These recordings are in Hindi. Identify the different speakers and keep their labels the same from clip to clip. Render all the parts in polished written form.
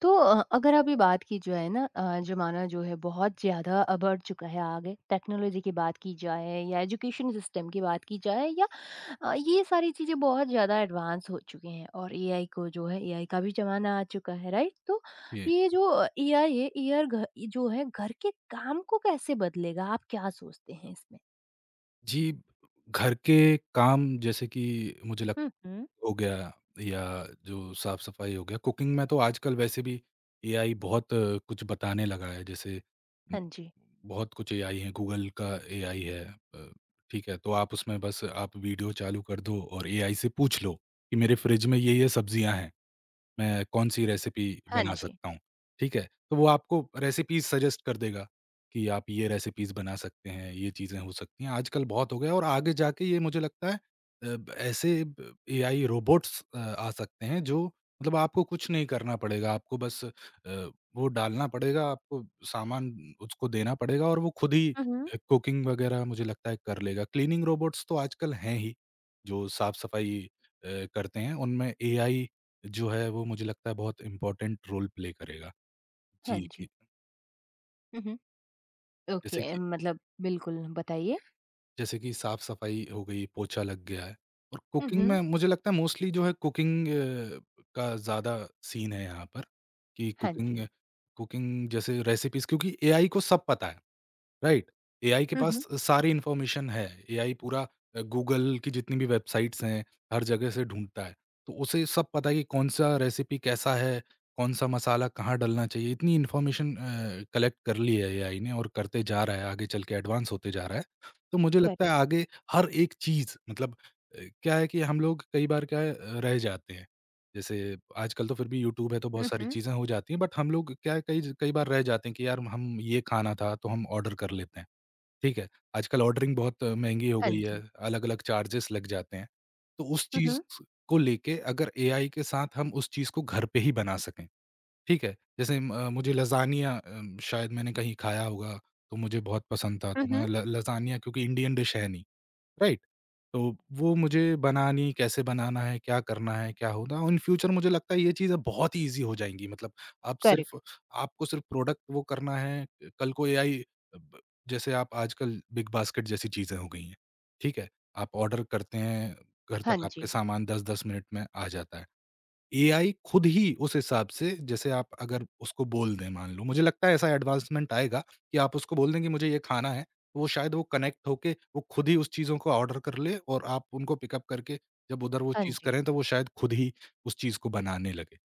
Speaker 1: तो अगर अभी बात की जाए ना, ज़माना जो है बहुत ज़्यादा बढ़ चुका है। आगे टेक्नोलॉजी की बात की जाए या एजुकेशन सिस्टम की बात की जाए या ये सारी चीज़ें बहुत ज़्यादा एडवांस हो चुकी हैं। और एआई को जो है, एआई का भी ज़माना आ चुका है, राइट? तो
Speaker 2: जी।
Speaker 1: ये जो एआई है, एआई घर जो है घर के काम को कैसे बदलेगा, आप क्या सोचते हैं इसमें?
Speaker 2: जी, घर के काम जैसे कि मुझे लग
Speaker 1: हम्म। हम्म।
Speaker 2: हो गया या जो साफ-सफाई हो गया, कुकिंग में तो आजकल वैसे भी एआई बहुत कुछ बताने लगा है, जैसे उम,
Speaker 1: हाँ जी।
Speaker 2: बहुत कुछ एआई है, गूगल का एआई है, ठीक है? तो आप उसमें बस आप वीडियो चालू कर दो और एआई से पूछ लो कि मेरे फ्रिज में ये-ये सब्जियाँ हैं। मैं कौन-सी रेसिपी
Speaker 1: हाँ
Speaker 2: बना
Speaker 1: जी।
Speaker 2: सकता हूँ, ठीक है? तो वो आपको रेसिपीज़ सजेस्ट कर देगा कि आप ये रेसिपीज़ बना सकते हैं, ये चीज़ें हो सकती हैं। आजकल बहुत हो गया है और आगे जाके ये मुझे लगता है अ, ब ऐसे ब एआई रोबोट्स आ सकते हैं जो मतलब आपको कुछ नहीं करना पड़ेगा, आपको बस वो डालना पड़ेगा, आपको सामान उसको देना पड़ेगा और वो खुद ही
Speaker 1: हम्म।
Speaker 2: कुकिंग वगैरह मुझे लगता है कर लेगा। क्लीनिंग रोबोट्स तो आजकल हैं ही, जो साफ-सफाई अ, करते हैं, उनमें एआई जो है वो मुझे लगता है बहुत इम्पोर्टेंट रोल प्ले करेगा।
Speaker 1: हाँ
Speaker 2: जी, कि
Speaker 1: जी। हम्म।
Speaker 2: जैसे
Speaker 1: ओके,
Speaker 2: कि
Speaker 1: मतलब बिल्कुल बताइए।
Speaker 2: जैसे कि साफ-सफाई हो गई, पोछा लग गया है और कुकिंग
Speaker 1: हम्म।
Speaker 2: में मुझे लगता है मोस्टली जो है कुकिंग, का ज़्यादा सीन है यहाँ पर कि
Speaker 1: हाँ जी।
Speaker 2: कुकिंग कुकिंग जैसे रेसिपीज़ क्योंकि एआई को सब पता है। राइट। एआई के पास
Speaker 1: हम्म।
Speaker 2: सारी इन्फॉर्मेशन है। एआई पूरा गूगल की जितनी भी वेबसाइट्स हैं, हर जगह से ढूँढता है। तो उसे सब पता है कि कौन-सा रेसिपी कैसा है, कौन-सा मसाला कहाँ डलना चाहिए। इतनी इन्फॉर्मेशन कलेक्ट कर ली है एआई ने और करते जा रहा है, आगे चल के एडवांस होते जा रहा है। तो मुझे लगता है
Speaker 1: करेक्ट।
Speaker 2: आगे हर एक चीज़ मतलब क्या है कि हम लोग कई बार क्या है रह जाते हैं। जैसे आजकल तो फिर भी यूट्यूब है तो बहुत
Speaker 1: हुँ,
Speaker 2: सारी
Speaker 1: हुँ।
Speaker 2: चीज़ें हो जाती हैं, बट हम लोग क्या है कई कई बार रह जाते हैं कि यार हम ये खाना था तो हम ऑर्डर कर लेते हैं, ठीक है? आजकल ऑर्डरिंग बहुत महँगी हो
Speaker 1: हाँ
Speaker 2: गई है,
Speaker 1: जी।
Speaker 2: अलग-अलग चार्जेस लग जाते हैं। तो उस
Speaker 1: हुँ,
Speaker 2: चीज़
Speaker 1: हुँ।
Speaker 2: को लेके अगर एआई के साथ हम उस चीज़ को घर पे ही बना सकें, ठीक है? जैसे म मुझे लज़ानिया शायद मैंने कहीं खाया होगा, तो मुझे बहुत पसंद था,
Speaker 1: हुँ,
Speaker 2: तो
Speaker 1: हुँ।
Speaker 2: मैं ल लज़ानिया क्योंकि इंडियन डिश है नहीं, राइट? तो वो मुझे बनानी कैसे बनाना है, क्या करना है, क्या होगा? इन फ्यूचर मुझे लगता है ये चीज़ें बहुत ही ईज़ी हो जाएँगी मतलब आप
Speaker 1: करेक्ट।
Speaker 2: सिर्फ़ आपको सिर्फ़ प्रोडक्ट वो करना है कल को एआई ब जैसे आप आजकल बिग बास्केट जैसी चीज़ें हो गई हैं, ठीक है? आप ऑर्डर करते हैं, घर
Speaker 1: हाँ
Speaker 2: तक आपके
Speaker 1: जी,
Speaker 2: सामान 10-10 मिनट में आ जाता है। एआई खुद ही उस हिसाब से जैसे आप अगर उसको बोल दें मान लो, मुझे लगता है ऐसा एडवांसमेंट आएगा कि आप उसको बोल दें कि मुझे ये खाना है, तो वो शायद वो कनेक्ट होके वो खुद ही उस चीज़ों को ऑर्डर कर ले और आप उनको पिकअप करके जब उधर वो
Speaker 1: हाँ
Speaker 2: चीज़
Speaker 1: जी।
Speaker 2: करें तो वो शायद खुद ही उस चीज़ को बनाने लगे।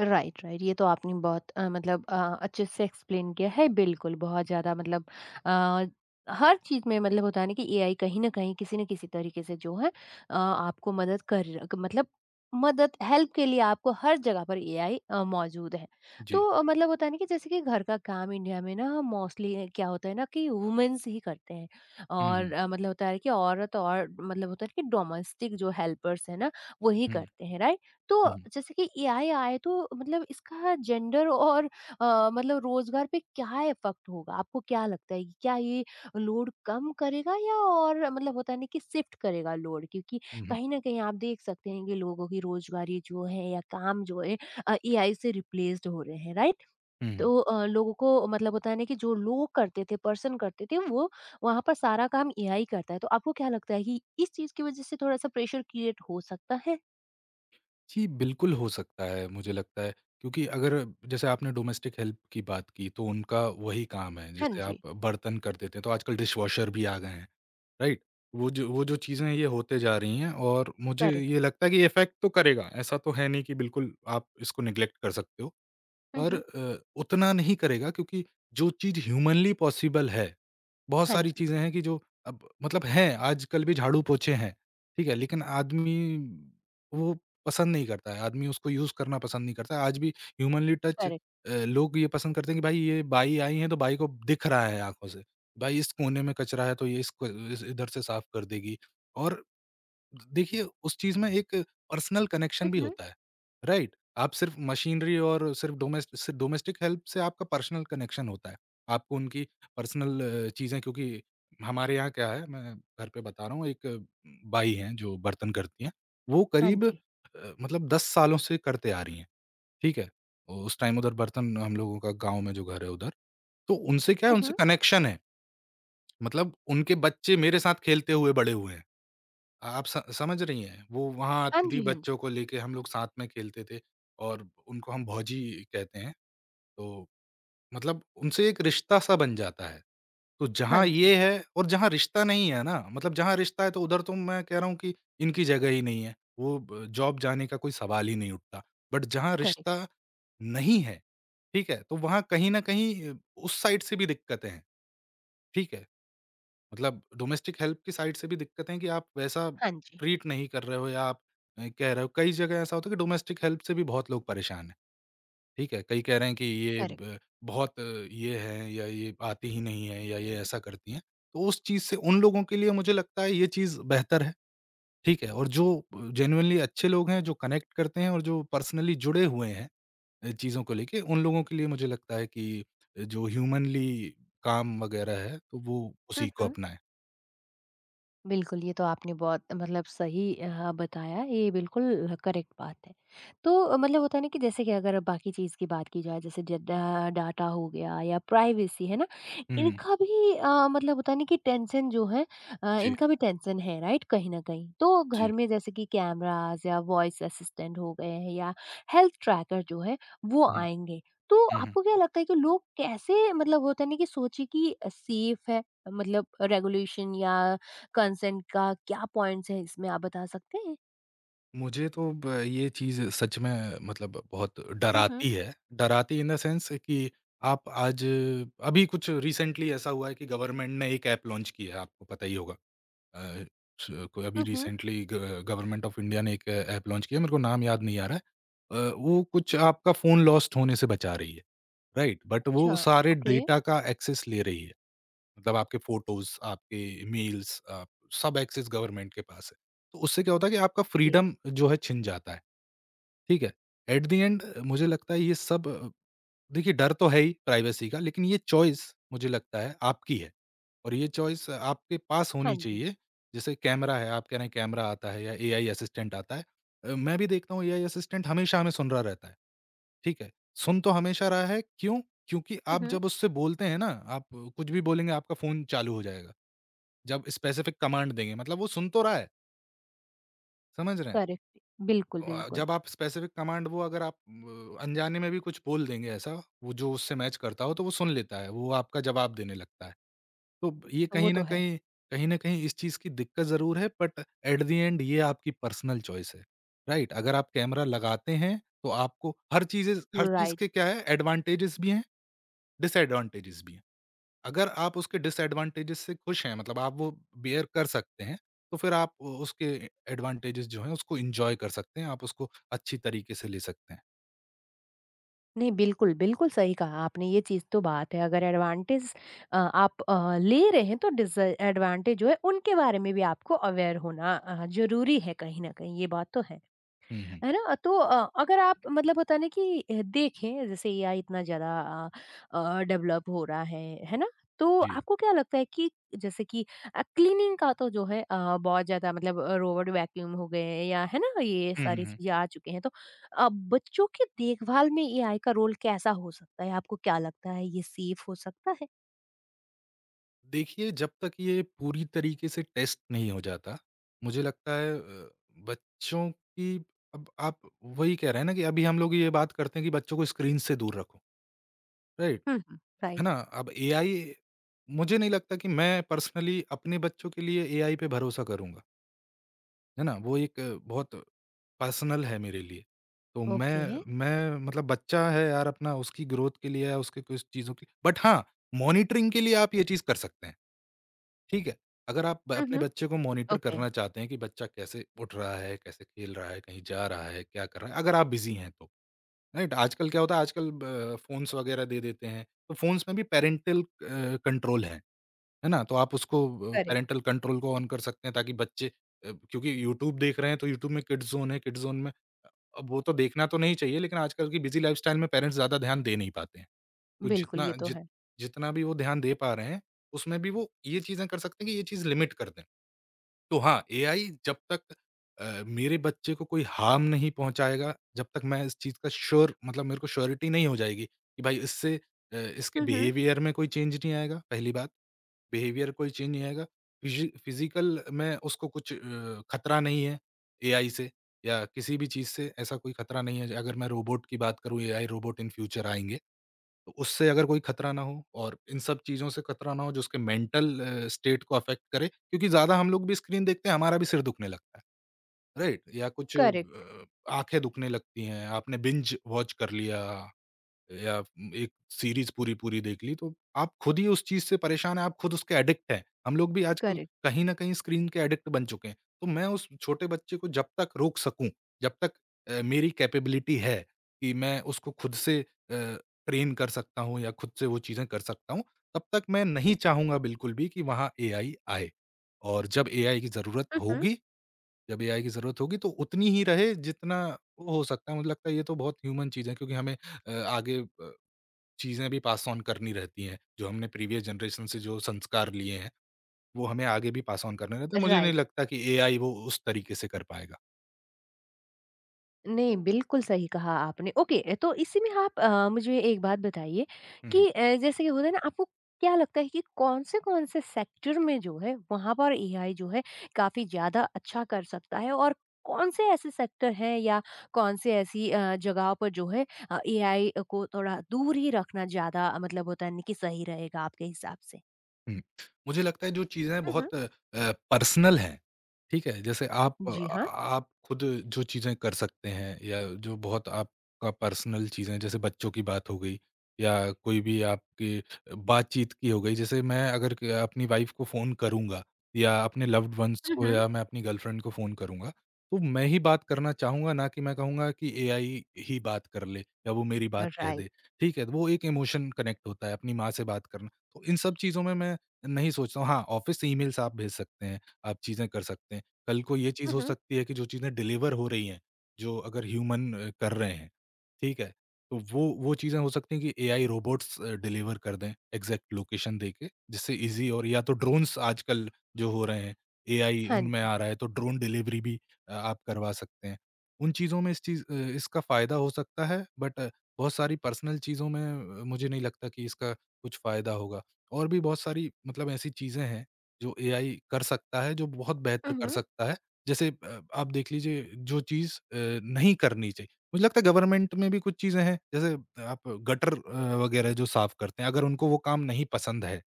Speaker 1: Right, right. ये तो आपने बहुत मतलब अच्छे से एक्सप्लेन किया है। बिल्कुल, बहुत ज़्यादा मतलब अ, हर चीज़ में मतलब होता है ना कि एआई कहीं न कहीं, किसी न किसी तरीके से जो है आपको मदद कर मतलब मदद, हेल्प के लिए आपको हर जगह पर एआई मौजूद है।
Speaker 2: जी।
Speaker 1: तो मतलब होता है ना कि जैसे कि घर का काम इंडिया में ना मोस्टली क्या होता है ना कि वुमेन्स ही करते हैं।
Speaker 2: हुँ, हुँ।
Speaker 1: और मतलब होता है कि औरत और मतलब होता है कि डोमेस्टिक जो हेल्पर्स हैं ना, वही
Speaker 2: हुँ,
Speaker 1: करते हैं, राइट? तो
Speaker 2: हुँ,
Speaker 1: जैसे कि एआई आए तो मतलब इसका जेंडर और मतलब रोजगार पे क्या इफेक्ट होगा? आपको क्या लगता है कि क्या ये लोड कम करेगा या और मतलब होता है ना कि शिफ्ट करेगा लोड? क्योंकि
Speaker 2: हुँ,
Speaker 1: कहीं न कहीं आप देख सकते हैं कि लोगों की रोजगारी जो है या काम जो है एआई से रिप्लेस्ड हो रहे हैं, राइट?
Speaker 2: हुँ, हुँ।
Speaker 1: तो लोगों को मतलब होता है ना कि जो लोग करते थे, पर्सन करते थे वो वहाँ पर सारा काम एआई करता है। तो आपको क्या लगता है कि इस चीज़ की वजह से थोड़ा-सा प्रेशर क्रिएट हो सकता है?
Speaker 2: जी, बिल्कुल हो सकता है, मुझे लगता है क्योंकि अगर जैसे आपने डोमेस्टिक हेल्प की बात की तो उनका वही काम है,
Speaker 1: हाँ
Speaker 2: जैसे
Speaker 1: जी,
Speaker 2: आप बर्तन कर देते हैं तो आजकल डिशवॉशर भी आ गए हैं। राइट? वो जो चीज़ें ये होते जा रही हैं और मुझे
Speaker 1: करेक्ट।
Speaker 2: ये लगता है कि इफ़ेक्ट तो करेगा। ऐसा तो है नहीं कि बिल्कुल आप इसको नेग्लेक्ट कर सकते हो।
Speaker 1: हुँ,
Speaker 2: पर
Speaker 1: हुँ।
Speaker 2: उतना नहीं करेगा क्योंकि जो चीज़ ह्यूमनली पॉसिबल है, बहुत
Speaker 1: हाँ
Speaker 2: सारी
Speaker 1: जी,
Speaker 2: चीज़ें हैं कि जो अब मतलब हैं, आजकल भी झाड़ू-पोछे हैं, ठीक है? लेकिन आदमी वो पसंद नहीं करता है, आदमी उसको यूज़ करना पसंद नहीं करता है। आज भी ह्यूमनली टच
Speaker 1: करेक्ट।
Speaker 2: लोग ये पसंद करते हैं कि भाई ये बाई आई हैं, तो बाई को दिख रहा है आँखों से। भाई इस कोने में कचरा है, तो ये इस इधर से साफ़ कर देगी और देखिए, उस चीज़ में एक पर्सनल कनेक्शन
Speaker 1: हुँ,
Speaker 2: भी
Speaker 1: हुँ।
Speaker 2: होता है, राइट? आप सिर्फ़ मशीनरी और सिर्फ़ डोमेस सिर्फ़ डोमेस्टिक हेल्प से आपका पर्सनल कनेक्शन होता है। आपको उनकी पर्सनल चीज़ें क्योंकि हमारे यहाँ क्या है, मैं घर पे बता रहा हूँ, एक बाई हैं जो बर्तन करती हैं, वो
Speaker 1: हाँ
Speaker 2: करीब
Speaker 1: जी।
Speaker 2: मतलब 10 सालों से करते आ रही हैं, ठीक है? उस टाइम उधर बर्तन हम लोगों का गाँव में जो घर है उधर, तो उनसे क्या है,
Speaker 1: हुँ,
Speaker 2: उनसे
Speaker 1: हुँ।
Speaker 2: कनेक्शन है। मतलब उनके बच्चे मेरे साथ खेलते हुए बड़े हुए हैं। आप स समझ रही हैं? वो वहाँ
Speaker 1: हाँ
Speaker 2: आती थी
Speaker 1: जी, हाँ जी।
Speaker 2: बच्चों को लेके हम लोग साथ में खेलते थे और उनको हम भौजी कहते हैं। तो मतलब उनसे एक रिश्ता-सा बन जाता है। तो
Speaker 1: हाँ
Speaker 2: जहाँ
Speaker 1: जी,
Speaker 2: ये है और जहाँ रिश्ता नहीं है ना, मतलब जहाँ रिश्ता है तो उधर तो मैं कह रहा हूँ कि इनकी जगह ही नहीं है। वो ब जॉब जाने का कोई सवाल ही नहीं उठता। बट जहाँ
Speaker 1: करेक्ट।
Speaker 2: रिश्ता नहीं है, ठीक है? तो वहाँ कहीं न कहीं उस साइड से भी दिक्कतें हैं। ठीक है? मतलब डोमेस्टिक हेल्प की साइड से भी दिक्कत है कि आप वैसा
Speaker 1: हाँ जी,
Speaker 2: ट्रीट नहीं कर रहे हो या आप कह रहे हो कई जगह ऐसा होता है कि डोमेस्टिक हेल्प से भी बहुत लोग परेशान हैं, ठीक है? कई कह रहे हैं कि ये
Speaker 1: करेक्ट।
Speaker 2: ब बहुत ये हैं या ये आती ही नहीं है या ये ऐसा करती हैं। तो उस चीज़ से उन लोगों के लिए मुझे लगता है ये चीज़ बेहतर है, ठीक है? और जो जेनुइनली अच्छे लोग हैं, जो कनेक्ट करते हैं और जो पर्सनली जुड़े हुए हैं चीज़ों को लेके, उन लोगों के लिए मुझे लगता है कि जो ह्यूमनली काम वगैरह है, तो वो
Speaker 1: हुँ,
Speaker 2: उसी को
Speaker 1: हुँ।
Speaker 2: अपनाएँ।
Speaker 1: बिल्कुल, ये तो आपने बहुत मतलब सही बताया, ये बिल्कुल करेक्ट बात है। तो मतलब होता है ना कि जैसे कि अगर बाकी चीज़ की बात की जाए, जैसे ड डा डाटा हो गया या प्राइवेसी, है ना?
Speaker 2: हुँ,
Speaker 1: इनका भी मतलब होता है ना कि टेंशन जो है
Speaker 2: जी।
Speaker 1: इनका भी टेंशन है, राइट? कहीं न कहीं। तो
Speaker 2: जी।
Speaker 1: घर में जैसे कि कैमराज़ या वॉइस असिस्टेंट हो गए हैं या हेल्थ ट्रैकर जो है, वो
Speaker 2: हुँ,
Speaker 1: आएँगे। तो
Speaker 2: हुँ, हुँ।
Speaker 1: आपको क्या लगता है कि लोग कैसे मतलब होता है ना कि सोचे कि सेफ है, मतलब रेगुलेशन या कंसेंट का क्या पॉइंट्स है इसमें आप बता सकते हैं?
Speaker 2: मुझे तो ब ये चीज़ सच में मतलब बहुत
Speaker 1: हुँ, हुँ।
Speaker 2: डराती है। डराती इन द सेंस कि आप आज अभी कुछ रिसेंटली ऐसा हुआ है कि गवर्नमेंट ने एक ऐप लॉन्च की है, आपको पता ही होगा। अ, स कोई अभी
Speaker 1: हुँ, हुँ।
Speaker 2: रिसेंटली ग गवर्नमेंट ऑफ इंडिया ने एक ऐप लॉन्च किया है, मेरे को नाम याद नहीं आ रहा है। वो कुछ आपका फ़ोन लॉस्ट होने से बचा रही है, राइट? बट वो
Speaker 1: अच्छा,
Speaker 2: सारे
Speaker 1: ओके,
Speaker 2: डेटा का एक्सेस ले रही है। मतलब आपके फ़ोटोज़, आपके मेल्स सब एक्सेस गवर्नमेंट के पास है। तो उससे क्या होता है कि आपका
Speaker 1: ओके।
Speaker 2: फ्रीडम जो है छिन जाता है, ठीक है? एट द एंड मुझे लगता है ये सब देखिए डर तो है ही प्राइवेसी का लेकिन ये चॉइस मुझे लगता है आपकी है और ये चॉइस आपके पास
Speaker 1: हाँ
Speaker 2: होनी
Speaker 1: जी।
Speaker 2: चाहिए। जैसे कैमरा है, आप कह रहे हैं कैमरा आता है या एआई असिस्टेंट आता है। मैं भी देखता हूँ एआई असिस्टेंट हमेशा हमें सुन रहा रहता है, ठीक है? सुन तो हमेशा रहा है, क्यों? क्योंकि
Speaker 1: हुँ,
Speaker 2: आप
Speaker 1: हुँ।
Speaker 2: जब उससे बोलते हैं ना, आप कुछ भी बोलेंगे आपका फ़ोन चालू हो जाएगा। जब स्पेसिफिक कमांड देंगे, मतलब वो सुन तो रहा है, समझ रहे हैं?
Speaker 1: करेक्ट। बिल्कुल,
Speaker 2: तो,
Speaker 1: बिल्कुल।
Speaker 2: जब आप स्पेसिफिक कमांड वो अगर आप अनजाने में भी कुछ बोल देंगे ऐसा, वो जो उससे मैच करता हो तो वो सुन लेता है, वो आपका जवाब देने लगता है। तो ये
Speaker 1: वो
Speaker 2: कहीं
Speaker 1: तो
Speaker 2: न
Speaker 1: है।
Speaker 2: कहीं इस चीज़ की दिक्कत ज़रूर है बट एट द एंड ये आपकी पर्सनल चॉइस है, राइट? अगर आप कैमरा लगाते हैं, तो आपको हर चीज़
Speaker 1: राइट।
Speaker 2: के क्या है एडवांटेजेस भी हैं, डिसएडवांटेजेस भी हैं। अगर आप उसके डिसएडवांटेजेस से खुश हैं, मतलब आप वो बियर कर सकते हैं, तो फिर आप उ उसके एडवांटेजेस जो हैं, उसको एन्जॉय कर सकते हैं, आप उसको अच्छी तरीके से ले सकते हैं।
Speaker 1: नहीं, बिल्कुल, बिल्कुल सही कहा आपने, ये चीज़ तो बात है। अगर एडवांटेज आप ले रहे हैं तो डिसएडवांटेज जो है उनके बारे में भी आपको अवेयर होना ज़रूरी है कहीं न कहीं, ये बात तो है।
Speaker 2: हुँ, हुँ।
Speaker 1: है ना? तो अगर आप मतलब होता है ना कि देखें जैसे एआई इतना ज़्यादा डेवलप हो रहा है ना? तो
Speaker 2: जी।
Speaker 1: आपको क्या लगता है कि जैसे कि क्लीनिंग का तो जो है बहुत ज़्यादा मतलब रोबोट वैक्यूम हो गए या, है ना? ये
Speaker 2: हुँ, हुँ,
Speaker 1: सारी
Speaker 2: हुँ।
Speaker 1: चीज़ें आ चुके हैं तो बच्चों की देखभाल में एआई का रोल कैसा हो सकता है? आपको क्या लगता है ये सेफ हो सकता है?
Speaker 2: देखिए, जब तक ये पूरी तरीके से टेस्ट नहीं हो जाता, मुझे लगता है बच्चों की अब आप वही कह रहे हैं ना कि अभी हम लोग ये बात करते हैं कि बच्चों को स्क्रीन से दूर रखो, राइट?
Speaker 1: हुँ, हुँ।
Speaker 2: है
Speaker 1: राइट,
Speaker 2: ना? अब एआई मुझे नहीं लगता कि मैं पर्सनली अपने बच्चों के लिए एआई पे भरोसा करूँगा। है ना? वो एक बहुत पर्सनल है मेरे लिए। तो
Speaker 1: ओके।
Speaker 2: मैं मतलब बच्चा है यार अपना उसकी ग्रोथ के लिए या उसके कुछ चीज़ों के लिए। बट हाँ, मॉनिटरिंग के लिए आप ये चीज़ कर सकते हैं, ठीक है? अगर आप ब
Speaker 1: हुँ,
Speaker 2: अपने
Speaker 1: हुँ।
Speaker 2: बच्चे को मॉनिटर
Speaker 1: ओके।
Speaker 2: करना चाहते हैं कि बच्चा कैसे उठ रहा है, कैसे खेल रहा है, कहीं जा रहा है, क्या कर रहा है, अगर आप बिज़ी हैं तो, राइट? आजकल क्या होता है आजकल ब फ़ोन्स वगैरह दे देते हैं, तो फ़ोन्स में भी पैरेंटल कंट्रोल है। है ना? तो आप उसको
Speaker 1: करेक्ट,
Speaker 2: पैरेंटल कंट्रोल को ऑन कर सकते हैं ताकि बच्चे क्योंकि यूट्यूब देख रहे हैं तो यूट्यूब में किड्स ज़ोन है, किड्स ज़ोन में अब वो तो देखना तो नहीं चाहिए लेकिन आजकल की बिज़ी लाइफ़स्टाइल में पेरेंट्स ज़्यादा ध्यान दे नहीं पाते हैं। तो
Speaker 1: बिल्कुल ये तो है।
Speaker 2: जितना भी वो ध्यान दे पा रहे हैं, उसमें भी वो ये चीज़ें कर सकते हैं कि ये चीज़ लिमिट कर दें। तो हाँ, एआई जब तक मेरे बच्चे को कोई हार्म नहीं पहुँचाएगा, जब तक मैं इस चीज़ का श्योर मतलब मेरे को श्योरिटी नहीं हो जाएगी कि भाई इससे इसके
Speaker 1: हुँ, हुँ।
Speaker 2: बिहेवियर में कोई चेंज नहीं आएगा, पहली बात। बिहेवियर कोई चेंज नहीं आएगा। फिज़िकल में उसको कुछ खतरा नहीं है एआई से या किसी भी चीज़ से ऐसा कोई खतरा नहीं है। अगर मैं रोबोट की बात करूँ एआई रोबोट इन फ्यूचर आएँगे, तो उससे अगर कोई खतरा ना हो और इन सब चीज़ों से खतरा ना हो जो उसके मेंटल स्टेट को अफ़ेक्ट करे क्योंकि ज़्यादा हम लोग भी स्क्रीन देखते हैं, हमारा भी सिर दुखने लगता है, राइट? या कुछ
Speaker 1: करेक्ट,
Speaker 2: आँखें दुखने लगती हैं, आपने बिंज वॉच कर लिया या एक सीरीज़ पूरी-पूरी देख ली, तो आप खुद ही उस चीज़ से परेशान हैं, आप खुद उसके एडिक्ट हैं। हम लोग भी आजकल
Speaker 1: करेक्ट,
Speaker 2: कहीं न कहीं स्क्रीन के एडिक्ट बन चुके हैं। तो मैं उस छोटे बच्चे को जब तक रोक सकूँ, जब तक मेरी कैपेबिलिटी है कि मैं उसको खुद से ट्रेन कर सकता हूँ या खुद से वो चीज़ें कर सकता हूँ, तब तक मैं नहीं चाहूँगा बिल्कुल भी कि वहाँ एआई आए। और
Speaker 1: हुँ, हुँ।
Speaker 2: जब एआई की ज़रूरत होगी, तो उतनी ही रहे जितना वो हो सकता है। मुझे लगता है ये तो बहुत ह्यूमन चीज़ है क्योंकि हमें आगे चीज़ें भी पास ऑन करनी रहती हैं, जो हमने प्रीवियस जनरेशन से जो संस्कार लिए हैं, वो हमें आगे भी पास ऑन करने रहते हैं। मुझे नहीं
Speaker 1: राइट।
Speaker 2: लगता कि एआई वो उस तरीके से कर पाएगा।
Speaker 1: नहीं, बिल्कुल सही कहा आपने। ओके, तो इसी में आप मुझे एक बात बताइए
Speaker 2: हुँ।
Speaker 1: कि जैसे कि होता है ना, आपको क्या लगता है कि कौन-से-कौन से कौन से सेक्टर में जो है वहाँ पर एआई जो है काफ़ी ज़्यादा अच्छा कर सकता है, और कौन से ऐसे सेक्टर हैं या कौन से ऐसी जगहों पर जो है एआई को थोड़ा दूर ही रखना ज़्यादा मतलब होता है ना कि सही रहेगा आपके हिसाब से?
Speaker 2: हुँ। मुझे लगता है जो चीज़ें
Speaker 1: हुँ,
Speaker 2: बहुत पर्सनल हैं, ठीक है? जैसे आप
Speaker 1: जी हाँ।
Speaker 2: आप खुद जो चीज़ें कर सकते हैं या जो बहुत आपका पर्सनल चीज़ें जैसे बच्चों की बात हो गई या कोई भी आपकी बातचीत की हो गई। जैसे मैं अगर क अपनी वाइफ़ को फ़ोन करूँगा या अपने लव्ड वन्स को
Speaker 1: हुँ।
Speaker 2: या मैं अपनी गर्लफ्रेंड को फ़ोन करूँगा, तो मैं ही बात करना चाहूँगा ना कि मैं कहूँगा कि एआई ही बात कर ले या वो मेरी बात
Speaker 1: हुँ,
Speaker 2: कह
Speaker 1: राइट।
Speaker 2: दे, ठीक है? तो वो एक इमोशन कनेक्ट होता है अपनी माँ से बात करना। तो इन सब चीज़ों में मैं नहीं सोचता हूँ, हाँ, ऑफ़िस से ईमेल्स आप भेज सकते हैं, आप चीज़ें कर सकते हैं। कल को ये चीज़
Speaker 1: हुँ।
Speaker 2: हो
Speaker 1: हुँ, हुँ।
Speaker 2: सकती है कि जो चीज़ें डिलीवर हो रही हैं, जो अगर ह्यूमन कर रहे हैं, ठीक है? तो वो चीज़ें हो सकती हैं कि एआई रोबोट्स डिलीवर कर दें, एग्ज़ैक्ट लोकेशन देके, जिससे ईज़ी और या तो ड्रोन्स आजकल जो हो रहे हैं, एआई
Speaker 1: हाँ
Speaker 2: उनमें
Speaker 1: जी।
Speaker 2: आ रहा है, तो ड्रोन डिलीवरी भी आप करवा सकते हैं। उन चीज़ों में इस इसका फ़ायदा हो सकता है, बट बहुत सारी पर्सनल चीज़ों में मुझे नहीं लगता कि इसका कुछ फ़ायदा होगा। और भी बहुत सारी मतलब ऐसी चीज़ें हैं, जो एआई कर सकता है, जो बहुत बेहतर
Speaker 1: हुँ,
Speaker 2: कर
Speaker 1: हुँ।
Speaker 2: सकता है। जैसे आप देख लीजिए जो चीज़ नहीं करनी चाहिए। मुझे लगता है गवर्नमेंट में भी कुछ चीज़ें हैं, जैसे आप गटर वगैरह जो साफ़ करते हैं, अगर उनको वो काम नहीं पसंद है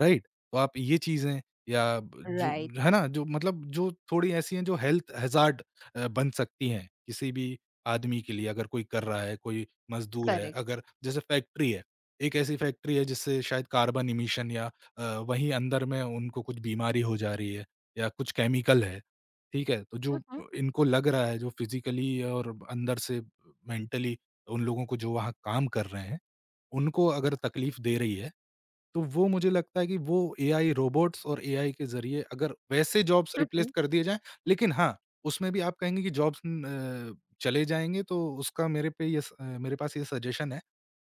Speaker 2: राइट? तो आप ये चीज़ें या ब जो
Speaker 1: राइट,
Speaker 2: है ना? जो मतलब जो थोड़ी ऐसी हैं जो हेल्थ हैज़ार्ड बन सकती हैं, किसी भी आदमी के लिए अगर कोई कर रहा है, कोई मज़दूर है,
Speaker 1: करेक्ट।
Speaker 2: अगर जैसे फैक्ट्री है, एक ऐसी फैक्ट्री है जिससे शायद कार्बन इमिशन या अ, वहीं अंदर में उनको कुछ बीमारी हो जा रही है या कुछ केमिकल है, ठीक है? तो
Speaker 1: हुँ,
Speaker 2: जो
Speaker 1: हुँ।
Speaker 2: इनको लग रहा है, जो फिज़िकली और अंदर से मेंटली उन लोगों को जो वहाँ काम कर रहे हैं, उनको अगर तकलीफ़ दे रही है तो वो मुझे लगता है कि वो एआई रोबोट्स और एआई के ज़रिए अगर वैसे जॉब्स
Speaker 1: हुँ,
Speaker 2: रिप्लेस
Speaker 1: हुँ।
Speaker 2: कर दिए जाएँ, लेकिन हाँ, उसमें भी आप कहेंगे कि जॉब्स न अ, चले जाएँगे तो उसका मेरे पे मेरे पास ये सजेशन है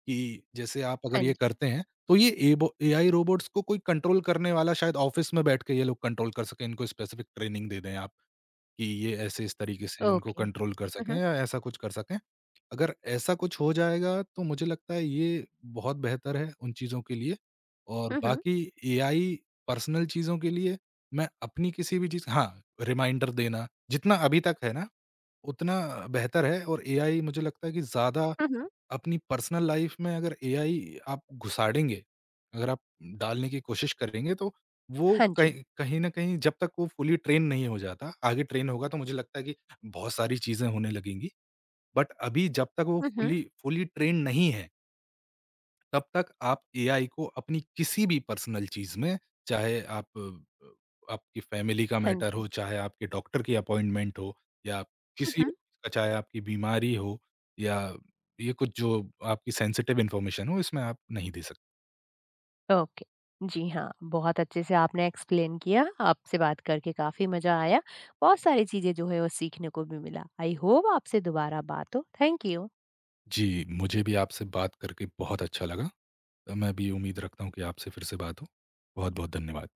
Speaker 2: कि जैसे आप अगर
Speaker 1: हाँ
Speaker 2: ये
Speaker 1: जी।
Speaker 2: करते हैं, तो ये एबो एआई रोबोट्स को कोई कंट्रोल करने वाला शायद ऑफ़िस में बैठ के ये लोग कंट्रोल कर सकें, इनको स्पेसिफ़िक ट्रेनिंग दे दें आप कि ये ऐसे इस तरीके से इनको
Speaker 1: ओके।
Speaker 2: कंट्रोल कर
Speaker 1: हुँ,
Speaker 2: सकें
Speaker 1: हुँ।
Speaker 2: या ऐसा कुछ कर सकें। अगर ऐसा कुछ हो जाएगा तो मुझे लगता है ये बहुत बेहतर है उन चीज़ों के लिए और
Speaker 1: हुँ, हुँ।
Speaker 2: बाकी एआई पर्सनल चीज़ों के लिए मैं अपनी किसी भी चीज़ हाँ, रिमाइंडर देना जितना अभी तक है ना उतना बेहतर है और एआई मुझे लगता है कि ज़्यादा
Speaker 1: हुँ, हुँ।
Speaker 2: अपनी पर्सनल लाइफ़ में अगर एआई आप घुसाड़ेंगे, अगर आप डालने की कोशिश करेंगे तो वो
Speaker 1: हाँ जी।
Speaker 2: कहीं कहीं न कहीं जब तक वो फुली ट्रेन नहीं हो जाता, आगे ट्रेन होगा तो मुझे लगता है कि बहुत सारी चीज़ें होने लगेंगी। बट अभी जब तक वो
Speaker 1: हुँ, हुँ।
Speaker 2: फुली फुली ट्रेन्ड नहीं है, तब तक आप एआई को अपनी किसी भी पर्सनल चीज़ में, चाहे आप आपकी फैमिली का
Speaker 1: हाँ
Speaker 2: मैटर
Speaker 1: जी।
Speaker 2: हो, चाहे आपके डॉक्टर की अपॉइंटमेंट हो या
Speaker 1: हुँ,
Speaker 2: किसी भी
Speaker 1: हुँ।
Speaker 2: चीज़ का चाहे आपकी बीमारी हो या ये कुछ जो आपकी सेंसिटिव इन्फॉर्मेशन हो, इसमें आप नहीं दे सकते।
Speaker 1: ओके। जी हाँ, बहुत अच्छे से आपने एक्सप्लेन किया। आपसे बात करके काफ़ी मज़ा आया। बहुत सारी चीज़ें जो है वो सीखने को भी मिला। आई होप आपसे दोबारा बात हो। Thank you.
Speaker 2: जी, मुझे भी आपसे बात करके बहुत अच्छा लगा। मैं भी उम्मीद रखता हूँ कि आपसे फिर से बात हो। बहुत-बहुत धन्यवाद।